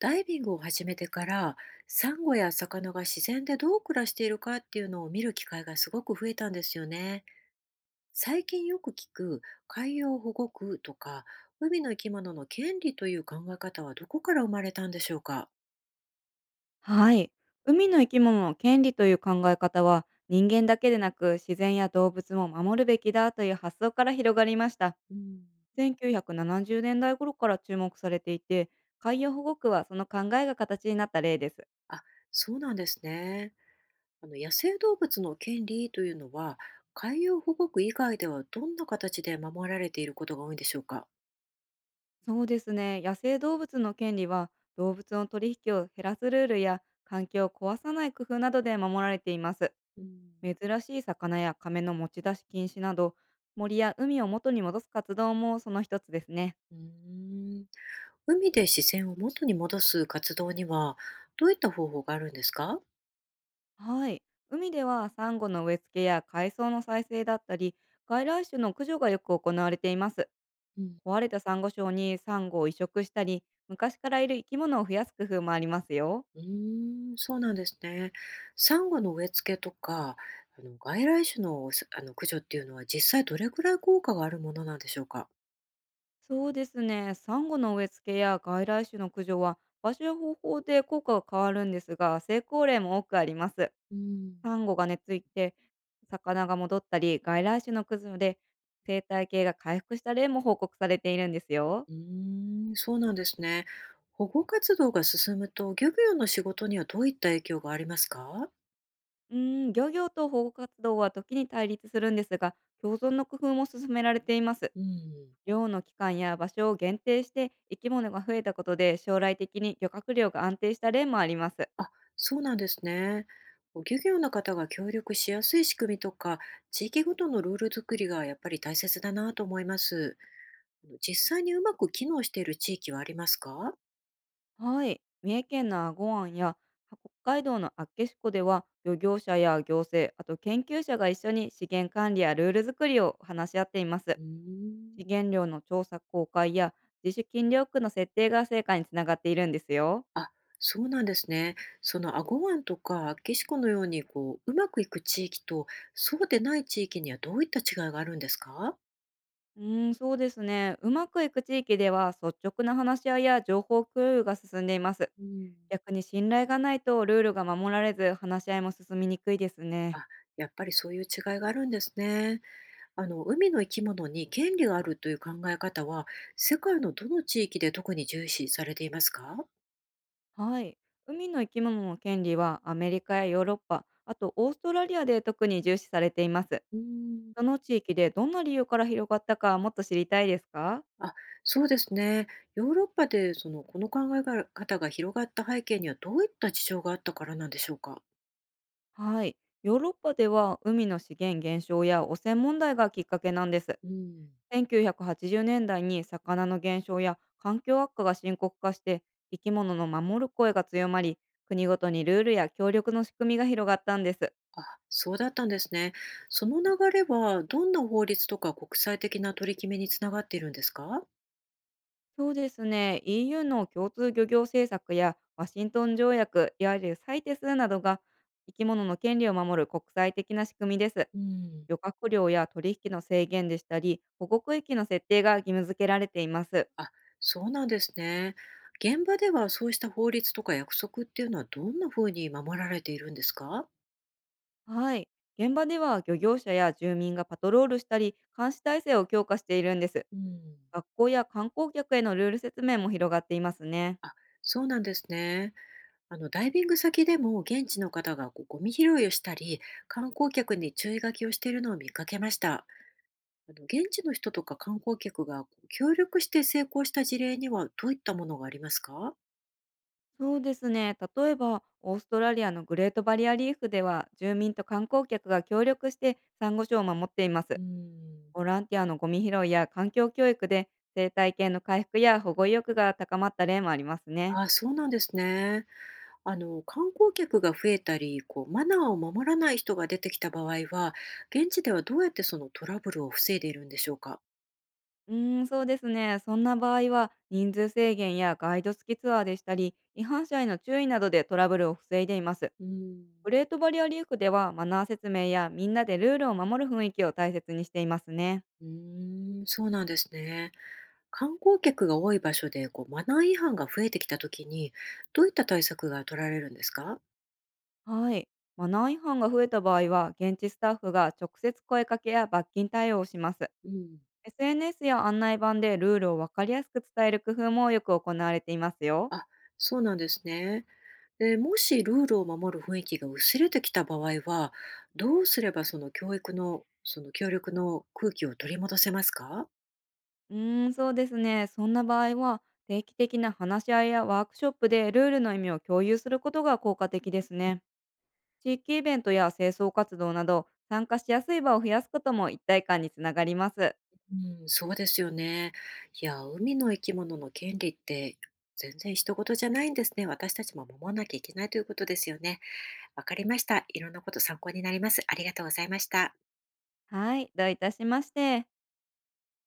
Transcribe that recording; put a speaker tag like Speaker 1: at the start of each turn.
Speaker 1: ダイビングを始めてからサンゴや魚が自然でどう暮らしているかっていうのを見る機会がすごく増えたんですよね。最近よく聞く海洋保護区とか海の生き物の権利という考え方はどこから生まれたんでしょうか？
Speaker 2: はい。海の生き物の権利という考え方は、人間だけでなく自然や動物も守るべきだという発想から広がりました。
Speaker 1: うん。
Speaker 2: 1970年代頃から注目されていて、海洋保護区はその考えが形になった例です。
Speaker 1: あ、そうなんですね。あの野生動物の権利というのは海洋保護区以外ではどんな形で守られていることが多いんでしょうか？
Speaker 2: そうですね。野生動物の権利は、動物の取引を減らすルールや環境を壊さない工夫などで守られています。
Speaker 1: うん。
Speaker 2: 珍しい魚や亀の持ち出し禁止など、森や海を元に戻す活動もその一つですね。
Speaker 1: うーん。海で視線を元に戻す活動にはどういった方法があるんですか？
Speaker 2: はい。海ではサンゴの植え付けや海藻の再生だったり、外来種の駆除がよく行われています。
Speaker 1: うん、
Speaker 2: 壊れたサンゴ礁にサンゴを移植したり、昔からいる生き物を増やす工夫もありますよ。
Speaker 1: うーん、そうなんですね。サンゴの植え付けとか、あの外来種のすあの駆除っていうのは実際どれくらい効果があるものなんでしょうか？
Speaker 2: そうですね。サンゴの植え付けや外来種の駆除は、場所や方法で効果が変わるんですが、成功例も多くあります。
Speaker 1: うん、
Speaker 2: サンゴが根付いて、魚が戻ったり、外来種の駆除で生態系が回復した例も報告されているんですよ。
Speaker 1: うーん、そうなんですね。保護活動が進むと漁業の仕事にはどういった影響がありますか？
Speaker 2: うーん、漁業と保護活動は時に対立するんですが、共存の工夫も進められています。
Speaker 1: うん。
Speaker 2: 漁の期間や場所を限定して生き物が増えたことで将来的に漁獲量が安定した例もあります。
Speaker 1: あ、そうなんですね。こう漁業の方が協力しやすい仕組みとか、地域ごとのルール作りがやっぱり大切だなと思います。実際にうまく機能している地域はありますか？
Speaker 2: はい。三重県の英虞湾や北海道の厚岸湖では漁業者や行政、あと研究者が一緒に資源管理やルール作りを話し合っています。
Speaker 1: うーん。
Speaker 2: 資源量の調査公開や自主禁漁区の設定が成果につながっているんですよ。
Speaker 1: あ、そうなんですね。その英虞湾とか岸子のようにこう、うまくいく地域と、そうでない地域にはどういった違いがあるんですか？
Speaker 2: うーん、そうですね。うまくいく地域では率直な話し合いや情報共有が進んでいます。
Speaker 1: うん。
Speaker 2: 逆に信頼がないとルールが守られず話し合いも進みにくいですね。
Speaker 1: あ、やっぱりそういう違いがあるんですね。あの海の生き物に権利があるという考え方は世界のどの地域で特に重視されていますか？
Speaker 2: はい。海の生き物の権利はアメリカやヨーロッパ、あとオーストラリアで特に重視されています。
Speaker 1: うーん。
Speaker 2: その地域でどんな理由から広がったかもっと知りたいですか？
Speaker 1: あ、そうですね。ヨーロッパでこの考え方が広がった背景にはどういった事情があったからなんでしょうか？
Speaker 2: はい。ヨーロッパでは海の資源減少や汚染問題がきっかけなんです。
Speaker 1: うん。
Speaker 2: 1980年代に魚の減少や環境悪化が深刻化して、生き物の守る声が強まり、国ごとにルールや協力の仕組みが広がったんです。
Speaker 1: あ、そうだったんですね。その流れはどんな法律とか国際的な取り決めにつながっているんですか？
Speaker 2: そうですね。 EU の共通漁業政策やワシントン条約、いわゆるサイテスなどが生き物の権利を守る国際的な仕組みです。
Speaker 1: うん。
Speaker 2: 漁獲量や取引の制限でしたり、保護区域の設定が義務付けられています。
Speaker 1: あ、そうなんですね。現場ではそうした法律とか約束っていうのはどんなふうに守られているんですか？
Speaker 2: はい。現場では漁業者や住民がパトロールしたり、監視体制を強化しているんです。
Speaker 1: うん、
Speaker 2: 学校や観光客へのルール説明も広がっていますね。
Speaker 1: あ、そうなんですね。ダイビング先でも現地の方がこうゴミ拾いをしたり、観光客に注意書きをしているのを見かけました。現地の人とか観光客がこう協力して成功した事例にはどういったものがありますか？
Speaker 2: そうですね。例えば、オーストラリアのグレートバリアリーフでは、住民と観光客が協力してサンゴ礁を守っていま
Speaker 1: う
Speaker 2: す。
Speaker 1: ん。
Speaker 2: ボランティアのゴミ拾いや環境教育で、生態系の回復や保護意欲が高まった例もありますね。
Speaker 1: あ、そうなんですね。観光客が増えたりこうマナーを守らない人が出てきた場合は現地ではどうやってそのトラブルを防いでいるんでしょうか？
Speaker 2: うーん、そうですね。そんな場合は、人数制限やガイド付きツアーでしたり、違反者への注意などでトラブルを防いでいます。
Speaker 1: うーん。
Speaker 2: グレートバリアリーフでは、マナー説明やみんなでルールを守る雰囲気を大切にしていますね。
Speaker 1: うーん、そうなんですね。観光客が多い場所でこうマナー違反が増えてきた時にどういった対策が取られるんですか？
Speaker 2: はい。マナー違反が増えた場合は、現地スタッフが直接声かけや罰金対応をします。
Speaker 1: うん。
Speaker 2: SNS や案内板でルールをわかりやすく伝える工夫もよく行われていますよ。
Speaker 1: あ、そうなんですね。で、もしルールを守る雰囲気が薄れてきた場合はどうすればその教育のその協力の空気を取り戻せますか？
Speaker 2: うーん、そうですね。そんな場合は、定期的な話し合いやワークショップでルールの意味を共有することが効果的ですね。地域イベントや清掃活動など、参加しやすい場を増やすことも一体感につながります。
Speaker 1: うん、そうですよね。いや、海の生き物の権利って全然人事じゃないんですね。私たちも守らなきゃいけないということですよね。わかりました。いろんなこと参考になります。ありがとうございました。
Speaker 2: はい、どういたしまして。